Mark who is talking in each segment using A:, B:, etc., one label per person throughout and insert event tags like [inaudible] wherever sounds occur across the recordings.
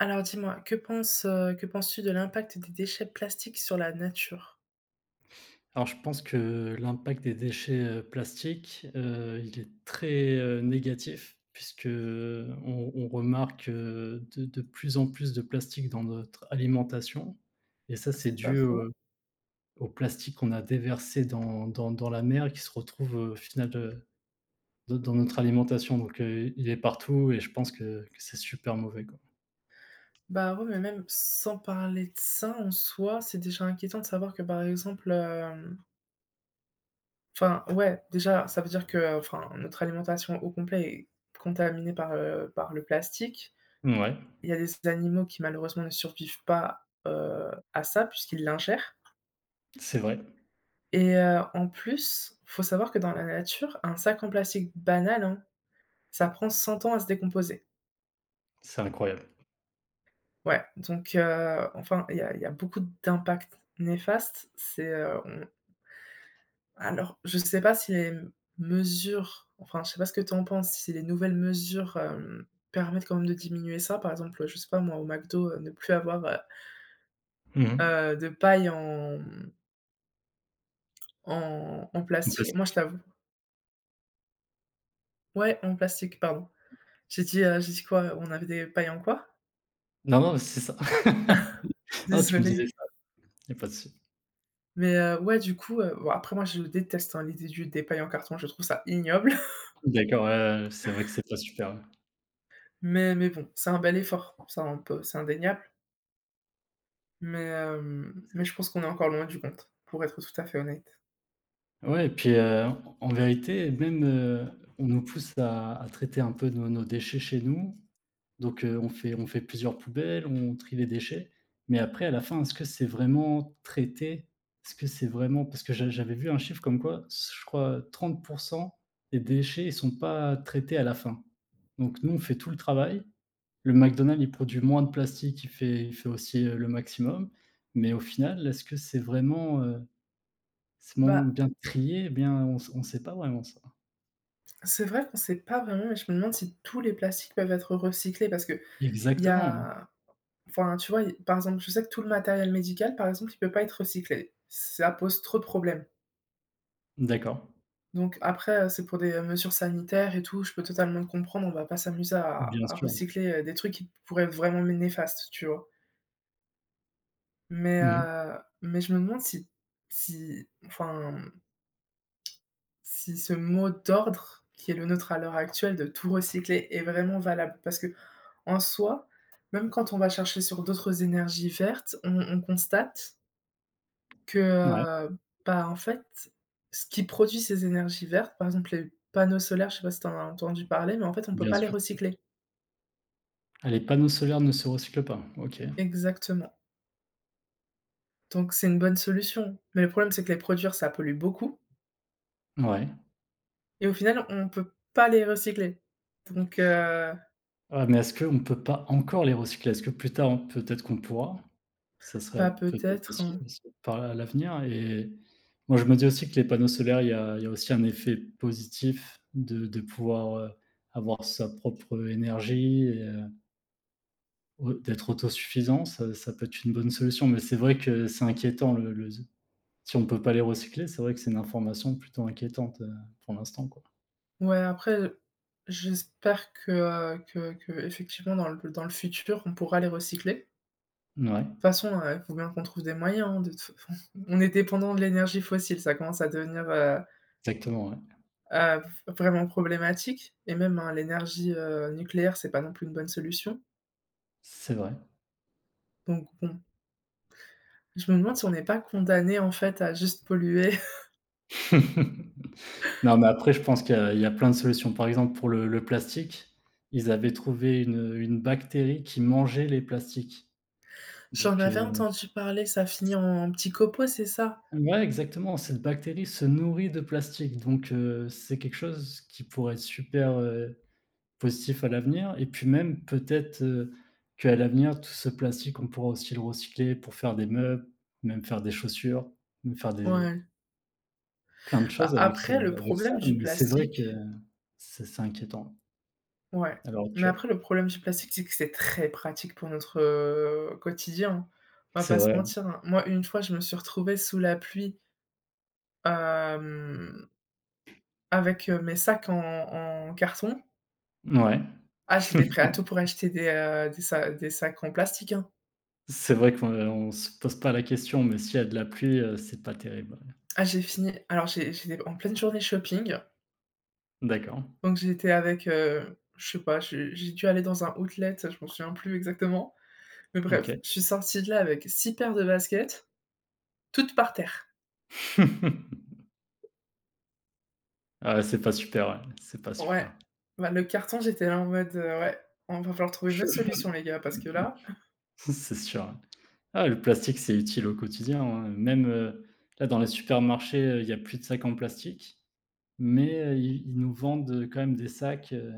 A: Alors dis-moi, que penses-tu de l'impact des déchets plastiques sur la nature?
B: Alors je pense que l'impact des déchets, plastiques, il est très, négatif puisque, on remarque, de plus en plus de plastique dans notre alimentation. Et ça c'est
A: C'est pas
B: dû,
A: faux.
B: au plastique qu'on a déversé dans la mer qui se retrouve, au final, dans notre alimentation. Donc, il est partout et je pense que c'est super mauvais, quoi.
A: Bah, ouais, mais même sans parler de ça en soi, c'est déjà inquiétant de savoir que, par exemple, enfin, ouais, déjà, ça veut dire que, enfin, notre alimentation au complet est contaminée par le plastique.
B: Mouais,
A: Il y a des animaux qui malheureusement ne survivent pas à ça puisqu'ils l'ingèrent
B: c'est vrai,
A: et en plus, faut savoir que dans la nature, un sac en plastique banal, hein, ça prend 100 ans à se décomposer.
B: c'est incroyable.
A: Ouais, donc enfin, il y a beaucoup d'impacts néfastes. C'est, on Alors, je sais pas si les mesures enfin, je sais pas ce que tu en penses, si les nouvelles mesures, permettent quand même de diminuer ça? Par exemple, je sais pas moi, au McDo, ne plus avoir,
B: Mmh.
A: de pailles en
B: Le
A: plastique. Moi, je
B: plastique.
A: t'avoue, ouais, en plastique, pardon. J'ai dit quoi? On avait des pailles en quoi?
B: Non, non, c'est ça. [laughs] Non, tu me
A: Désolée.
B: disais ça, il y a pas de souci.
A: Mais ouais, du coup, bon après moi je déteste, hein, l'idée du des pailles en carton, je trouve ça ignoble.
B: D'accord, ouais, ouais, ouais, c'est vrai que c'est pas super, ouais,
A: Mais bon, c'est un bel effort, ça on peut, c'est indéniable, mais
B: c'est
A: je
B: sûr.
A: pense qu'on est encore loin du compte, pour être tout à fait honnête.
B: Ouais. Et puis, en vérité, même, on nous pousse à traiter un peu nos déchets chez nous, donc on fait plusieurs poubelles, on trie les déchets, mais après à la fin, est-ce que c'est vraiment traité? Est-ce que c'est vraiment, parce que j'avais vu un chiffre comme quoi, je crois 30 des déchets, ils sont pas traités à la fin. Donc nous, on fait tout le travail. Le McDonald's, il produit moins de plastique, il fait aussi, le maximum, mais au final, est-ce que c'est vraiment, c'est
A: Bah,
B: mon bien trié? Eh bien, on sait pas vraiment ça.
A: c'est vrai qu'on sait pas vraiment et je me demande si tous les plastiques peuvent être recyclés parce que il y
B: Exactement, ouais.
A: a enfin, tu vois, il par exemple, je sais que tout le matériel médical, par exemple, il peut pas être recyclé. Ça pose trop de problèmes.
B: D'accord.
A: Donc après, c'est pour des mesures sanitaires et tout, je peux totalement comprendre, on va pas s'amuser à
B: Bien
A: à
B: sûr.
A: recycler, des trucs qui pourraient être vraiment néfastes, tu vois? Mais
B: Mmh.
A: heu, mais je me demande si enfin, si ce mot d'ordre qui est le nôtre à l'heure actuelle de tout recycler est vraiment valable parce que, en soi, même quand on va chercher sur d'autres énergies vertes, on constate que,
B: Ouais,
A: heu, bah, en fait, ce qui produit ces énergies vertes, par exemple les panneaux solaires, je sais pas si tu en as entendu parler, mais en fait, on peut
B: bien
A: pas les
B: sûr.
A: recycler.
B: Ah, les panneaux solaires ne se recyclent pas. OK.
A: Exactement. Donc c'est une bonne solution. Mais le problème, c'est que les produire, ça pollue beaucoup.
B: Ouais.
A: Et au final, on peut pas les recycler. Donc,
B: Ah, mais est-ce qu'on peut pas encore les recycler? Est-ce que plus tard on peut-être qu'on pourra? Ça serait
A: bah,
B: peut-être
A: peut-être,
B: possible
A: hein.
B: aussi par à l'avenir, et moi je me dis aussi que les panneaux solaires, il y a aussi un effet positif de pouvoir, avoir sa propre énergie et au d'être autosuffisant, ça ça peut être une bonne solution. Mais c'est vrai que c'est inquiétant, le si on ne peut pas les recycler, c'est vrai que c'est une information plutôt inquiétante, pour l'instant, quoi.
A: Ouais, après, j'espère que, effectivement dans le futur, on pourra les recycler.
B: Ouais,
A: De toute façon, il faut bien qu'on trouve des moyens, hein, de toute fa [laughs] enfin, on est dépendant de l'énergie fossile, ça commence à devenir,
B: exactement, ouais.
A: heu, vraiment problématique et même, hein, l'énergie, nucléaire, c'est pas non plus une bonne solution.
B: C'est vrai.
A: Donc bon, je me demande si on n'est pas condamné, en fait, à juste polluer. [laughs]
B: [laughs] Non, mais après, je pense qu'il y a plein de solutions. Par exemple, pour le plastique, ils avaient trouvé une bactérie qui mangeait les plastiques.
A: J'en
B: Donc,
A: avais entendu parler, ça finit en petits copeaux, c'est ça?
B: ouais, exactement, cette bactérie se nourrit de plastique, donc, c'est quelque chose qui pourrait être super, positif à l'avenir. Et puis même peut-être, qu'à l'avenir, tout ce plastique, on pourra aussi le recycler pour faire des meubles, même faire des chaussures, même faire des
A: Ouais.
B: plein de
A: Bah,
B: choses avec ce
A: après le
B: avec ça,
A: problème du
B: mais c'est vrai
A: plastique.
B: que c'est inquiétant
A: Ouais,
B: à l'heure
A: mais
B: actuelle,
A: après
B: quoi.
A: le problème du plastique, c'est que c'est très pratique pour notre, quotidien. On va
B: C'est
A: pas se
B: vrai.
A: mentir, hein. Moi, une fois, je me suis retrouvée sous la pluie, hem, avec, mes sacs en carton.
B: Ouais,
A: Ah, j'étais prêt à tout pour acheter des sacs en plastique, hein.
B: c'est vrai qu'on on se pose pas la question, mais s'il y a de la pluie, c'est pas terrible, ouais.
A: Ah, j'ai fini alors j'étais en pleine journée shopping,
B: D'accord,
A: donc j'étais avec, je sais pas, j'ai dû aller dans un outlet, je m'en souviens plus exactement. Mais
B: OK.
A: bref, je suis sortie de là avec 6 paires de baskets, toutes par terre.
B: [laughs] Ah ouais, c'est pas super, ouais, c'est pas
A: Ouais.
B: super.
A: Bah, le carton, j'étais là en mode, ouais, on va falloir trouver une autre
B: [laughs]
A: solution les gars parce que là,
B: C'est sûr, ouais. Ah, le plastique, c'est utile au quotidien, hein, même, là, dans les supermarchés, il y a plus de sacs en plastique, mais, ils nous vendent, quand même des sacs,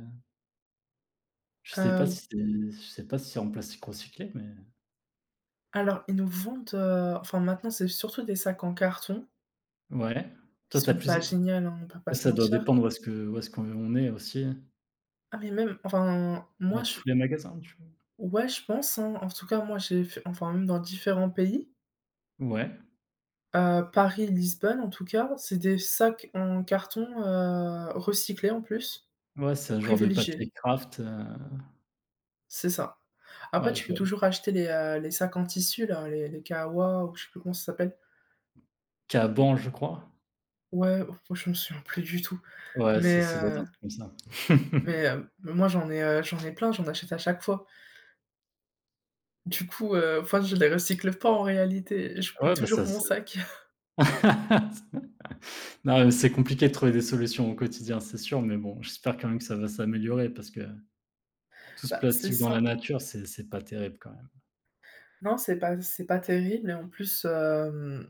B: je sais pas si
A: hem,
B: c'est en plastique recyclé, mais
A: alors ils nous vendent, enfin maintenant c'est surtout des sacs en carton
B: ouais.
A: qui
B: Toi, tu as
A: sont pas
B: plus
A: géniales, hein, on va pas se
B: ça doit
A: mentir.
B: dépendre où est-ce que où est-ce qu'on est aussi,
A: Ah mais même, enfin moi
B: dans
A: je,
B: tous les magasins, tu
A: ouais, je pense, hein, en tout cas moi j'ai fait enfin même dans différents pays,
B: vois? Ouais.
A: Paris, Lisbonne en tout cas, c'est des sacs en carton, recyclés en plus,
B: Ouais, c'est un genre de
A: privilégiés,
B: papier kraft,
A: c'est ça. Après,
B: ouais,
A: tu
B: je
A: peux
B: vois.
A: toujours acheter les sacs en tissu là, les kawas ou je sais plus comment ça s'appelle.
B: Kaban, je crois?
A: Ouais, oh, je me souviens plus du tout,
B: Ouais, ça
A: mais
B: ça doit être un
A: heu,
B: truc comme ça.
A: mais
B: [laughs]
A: heu, moi j'en ai plein, j'en achète à chaque fois. Du coup, enfin je les recycle pas en réalité, je plie
B: Ouais, bah,
A: toujours
B: ça
A: mon
B: ça
A: sac. [laughs]
B: [laughs] non, mais c'est compliqué de trouver des solutions au quotidien, c'est sûr, mais bon, j'espère quand même que ça va s'améliorer parce que tout ce
A: Bah, c'est
B: plastique dans
A: ça.
B: la nature, c'est pas terrible quand même.
A: Non, c'est pas terrible et en plus,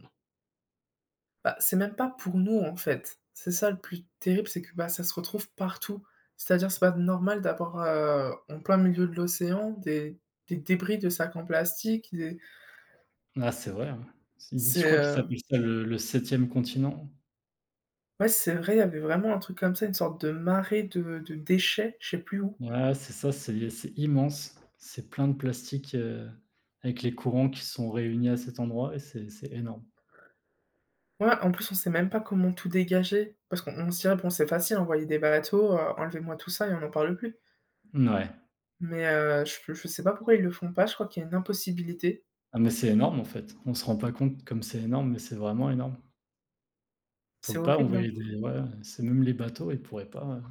A: bah, c'est même pas pour nous, en fait. C'est ça le plus terrible, c'est que, bah, ça se retrouve partout. C'est-à-dire, c'est pas normal d'avoir, en plein milieu de l'océan des débris de sacs en plastique, des.
B: Ah, c'est vrai, hein. Si si, je
A: C'est,
B: crois qu'il
A: heu,
B: s'appelle ça le 7e continent.
A: ouais, c'est vrai, il y avait vraiment un truc comme ça, une sorte de marée de déchets, je sais plus où.
B: Ouais, c'est ça, c'est immense. C'est plein de plastique, avec les courants qui sont réunis à cet endroit, et c'est énorme.
A: Ouais, en plus, on sait même pas comment tout dégager parce qu'on on se dirait: «Bon, c'est facile, envoyer des bateaux, enlevez-moi tout ça et on n'en parle plus».
B: Ouais.
A: Mais je sais pas pourquoi ils le font pas, je crois qu'il y a une impossibilité.
B: Ah, mais c'est énorme, en fait. On se rend pas compte comme c'est énorme, mais c'est vraiment énorme. Faut
A: C'est
B: pas
A: horrible, hein,
B: envoyer des, ouais, c'est même les bateaux, ils pourraient pas,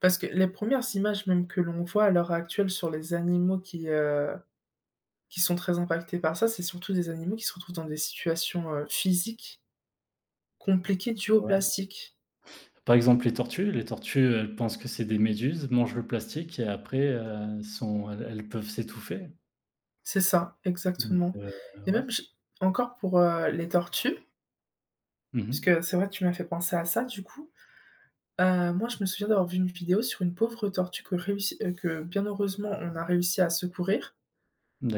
A: parce que les premières images même que l'on voit à l'heure actuelle sur les animaux qui sont très impactés par ça, c'est surtout des animaux qui se retrouvent dans des situations, physiques compliquées dues
B: c'est
A: au
B: vrai.
A: plastique.
B: Par exemple, les tortues, elles pensent que c'est des méduses, mangent le plastique et après, sont elles elles peuvent s'étouffer.
A: C'est ça,
B: Donc
A: exactement, et
B: ouais.
A: même j encore pour, les tortues, parce que
B: Mmh.
A: c'est vrai que tu m'as fait penser à ça du coup. Moi, je me souviens d'avoir vu une vidéo sur une pauvre tortue que réussi que bien heureusement on a réussi à secourir,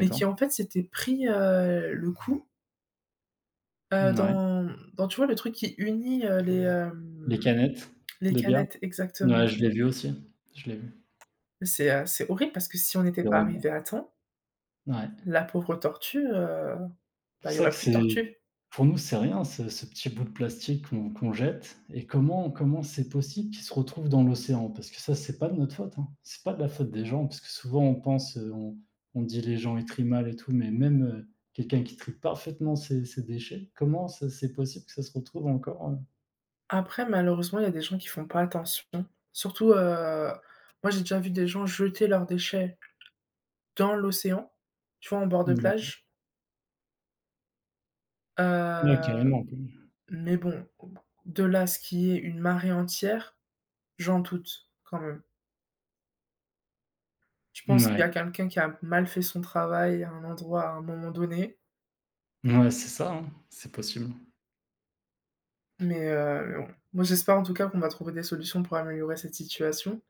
A: mais qui en fait s'était pris, le coup,
B: Ouais.
A: dans tu vois le truc qui unit, les,
B: Les
A: hem,
B: canettes
A: les
B: de bière?
A: canettes
B: Ouais,
A: exactement.
B: je l'ai vu aussi, je l'ai vu.
A: C'est horrible parce que si on n'était
B: C'est
A: pas
B: horrible.
A: arrivé à temps.
B: Ouais.
A: La pauvre tortue,
B: C'est
A: bah,
B: pour
A: il y
B: ça
A: aurait
B: que
A: plus de
B: c'est,
A: tortues.
B: pour nous, c'est rien ce petit bout de plastique qu'on jette, et comment c'est possible qu'il se retrouve dans l'océan? Parce que ça, c'est pas de notre faute, hein. C'est pas de la faute des gens, parce que souvent on pense, on dit: «Les gens, ils trient mal et tout», mais même, quelqu'un qui trie parfaitement ses déchets, comment ça c'est possible que ça se retrouve encore,
A: Après, malheureusement, il y a des gens qui font pas attention. Surtout, moi, j'ai déjà vu des gens jeter leurs déchets dans l'océan, tu vois, en bord de
B: dans des-
A: plage.
B: ouais,
A: Heu,
B: carrément, quoi.
A: mais bon, de là à ce qu'il y ait une marée entière, j'en doute quand même. Je pense qu'il y
B: Mouais.
A: a quelqu'un qui a mal fait son travail à un endroit, à un moment donné,
B: Ouais, c'est ça, hein, c'est possible.
A: mais bon. Moi, j'espère en tout cas qu'on va trouver des solutions pour améliorer cette situation,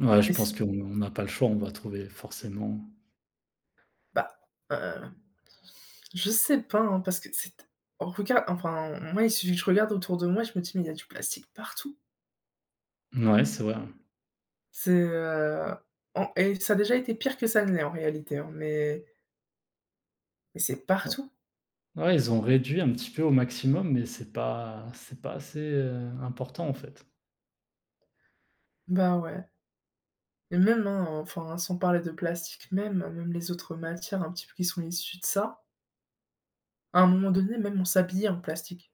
B: Ouais, je
A: mais
B: pense
A: c'est
B: qu'on n'a pas le choix, on va trouver forcément.
A: bah, heu, je sais pas, hein, parce que c'est t regarde enfin, moi, il suffit que je regarde autour de moi, je me dis: «Mais il y a du plastique partout».
B: Ouais c'est vrai, ouais.
A: C'est, en Et ça a déjà été pire que ça ne l'est en réalité, hein, mais c'est partout.
B: Ouais, ils ont réduit un petit peu au maximum, mais c'est pas assez, important, en fait.
A: Bah, ouais, et même, hein, enfin, sans parler de plastique même, même les autres matières un petit peu qui sont issues de ça, à un moment donné, même on s'habillait en plastique.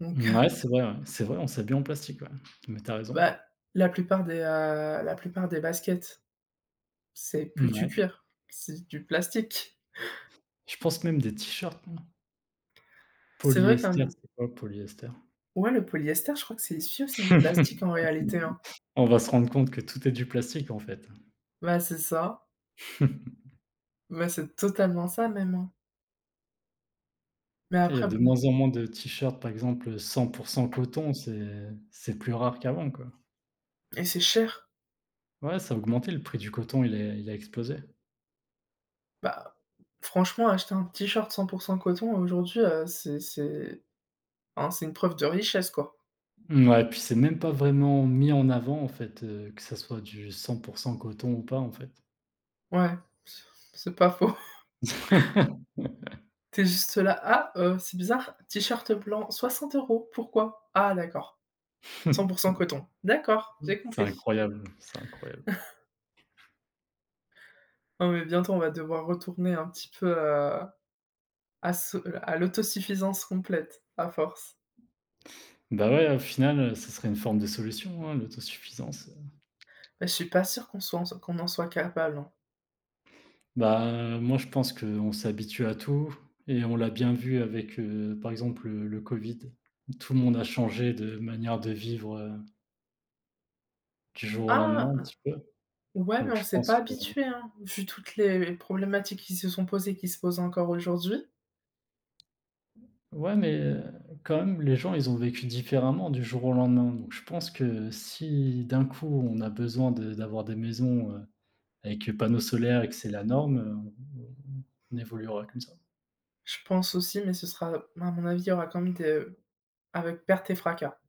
A: Donc, [laughs]
B: Ouais. C'est vrai, on s'habille en plastique, ouais. Mais t'as raison.
A: bah, la plupart des baskets, c'est plus du
B: Ouais.
A: cuir, c'est du plastique.
B: Je pense même des t-shirts, hein.
A: C'est vrai
B: Polyester,
A: qu'un.
B: c'est quoi polyester?
A: Ouais, le polyester, je crois que c'est issu aussi du plastique
B: [laughs]
A: en réalité, hein.
B: On va se rendre compte que tout est du plastique, en fait.
A: Bah, c'est ça.
B: [laughs]
A: Bah, c'est totalement ça même, hein. Mais
B: Il y a
A: après bon
B: de moins en moins de t-shirts, par exemple, 100 coton, c'est plus rare qu'avant, quoi.
A: et c'est cher.
B: Ouais, ça a augmenté, le prix du coton, il a explosé.
A: Bah, franchement, acheter un t-shirt 100 coton aujourd'hui, c'est enfin, c'est une preuve de richesse, quoi.
B: Mmh, ouais, puis c'est même pas vraiment mis en avant en fait, que ça soit du 100 coton ou pas en fait.
A: Ouais, c'est pas faux.
B: [laughs]
A: T'es juste là: «Ah, c'est bizarre, t-shirt blanc 60 € pourquoi? Ah d'accord, 100 coton. D'accord, j'ai
B: C'est
A: compris».
B: incroyable, c'est incroyable.
A: Non mais bientôt on va devoir retourner un petit peu, à ce à l'autosuffisance complète, à force.
B: Bah, ouais, au final, ce serait une forme de solution, hein, l'autosuffisance.
A: Mais je suis pas sûre qu'on soit qu'on en soit capable, hein.
B: Bah, moi je pense qu'on s'habitue à tout, et on l'a bien vu avec, par exemple, le covid. Tout le monde a changé de manière de vivre, du jour au lendemain un
A: Ah!
B: petit peu,
A: Ouais, mais
B: donc
A: on
B: je
A: s'est
B: pense
A: pas
B: que.
A: habitué, hein, vu toutes les problématiques qui se sont posées, qui se posent encore aujourd'hui.
B: Ouais, mais, quand même, les gens, ils ont vécu différemment du jour au lendemain. Donc je pense que si, d'un coup, on a besoin de d'avoir des maisons, avec panneaux solaires, et que c'est la norme, on évoluera comme ça.
A: Je pense aussi, mais ce sera à mon avis, il y aura quand même des avec perte et fracas.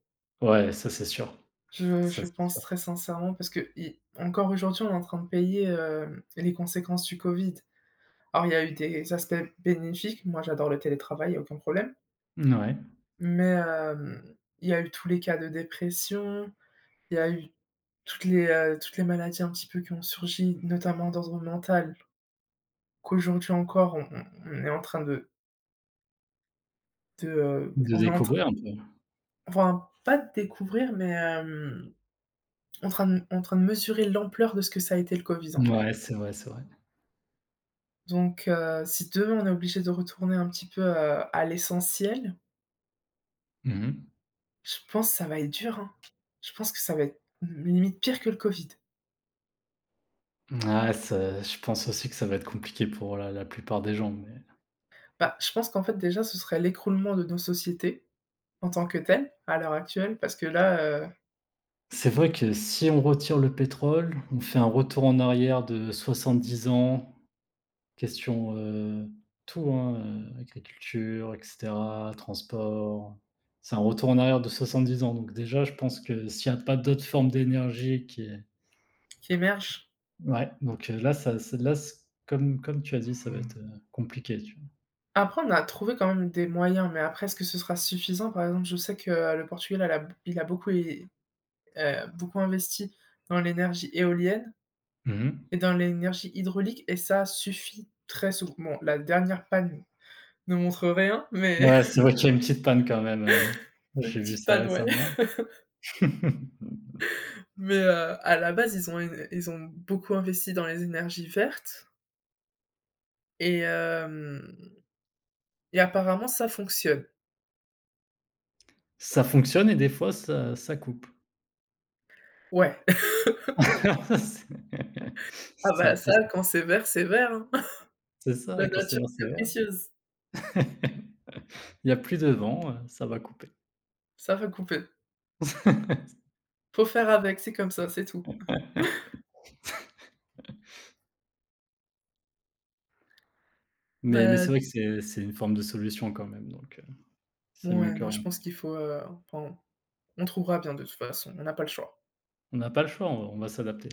B: Ouais, ça, c'est sûr.
A: Je
B: Ça,
A: je
B: c'est
A: pense
B: sûr.
A: très sincèrement parce que i encore aujourd'hui, on est en train de payer, les conséquences du Covid. Alors il y a eu des aspects bénéfiques, moi j'adore le télétravail, il y a aucun problème,
B: Ouais.
A: il y a eu tous les cas de dépression, il y a eu toutes les maladies un petit peu qui ont surgi, notamment d'ordre mental, qu'aujourd'hui encore on est en train de,
B: De
A: on est en train
B: découvrir un peu.
A: enfin pas de découvrir, en train de mesurer l'ampleur de ce que ça a été le Covid en fait.
B: Ouais, c'est vrai, c'est vrai.
A: Donc si demain on est obligé de retourner un petit peu, à l'essentiel,
B: Mmh.
A: je pense que ça va être dur, hein. Je pense que ça va être limite pire que le Covid.
B: Ah, ça, je pense aussi que ça va être compliqué pour la plupart des gens, mais
A: Bah, je pense qu'en fait déjà ce serait l'écroulement de nos sociétés en tant que telles, à l'heure actuelle, parce que là,
B: c'est vrai que si on retire le pétrole, on fait un retour en arrière de 70 ans. Question, tout, hein, agriculture et cetera, transport. C'est un retour en arrière de 70 ans, donc déjà, je pense que s'il y a pas d'autres formes d'énergie qui est.
A: qui émerge.
B: Ouais, donc là, ça c'est là, c comme comme tu as dit, ça va être, compliqué, tu
A: Après on a trouvé quand même des moyens, mais après est-ce que ce sera suffisant? Par exemple, je sais que, le Portugal elle a il a beaucoup investi dans l'énergie éolienne
B: vois? Mmh.
A: et dans l'énergie hydraulique et ça suffit très souvent. Bon, la dernière panne ne montre rien, mais
B: Ouais,
A: [laughs]
B: c'est vrai qu'il y a une petite panne quand même,
A: une
B: j'ai vu
A: petite
B: ça
A: panne, ouais.
B: récemment. [laughs]
A: Mais à la base, ils ont beaucoup investi dans les énergies vertes et, euh, et apparemment, ça fonctionne.
B: Ça fonctionne et des fois ça coupe.
A: Ouais. [laughs]
B: [laughs] C'est
A: Ah
B: c'est
A: bah
B: un peu ça.
A: ça, quand c'est vert, c'est vert. Hein. [laughs]
B: C'est
A: La
B: ça, quand c'est
A: nature
B: vert,
A: est
B: c'est vert.
A: capricieuse.
B: [laughs] Il y a plus de vent, ça va couper.
A: Ça va couper. Faut faire avec, c'est comme ça, c'est tout.
B: Mais c'est
A: Bah
B: vrai que c'est une forme de solution quand même, donc c'est
A: bon,
B: mieux
A: ouais,
B: que
A: non, je
B: rien.
A: pense qu'il faut... enfin, on trouvera bien de toute façon, on n'a pas le choix.
B: On n'a pas le choix, on va s'adapter.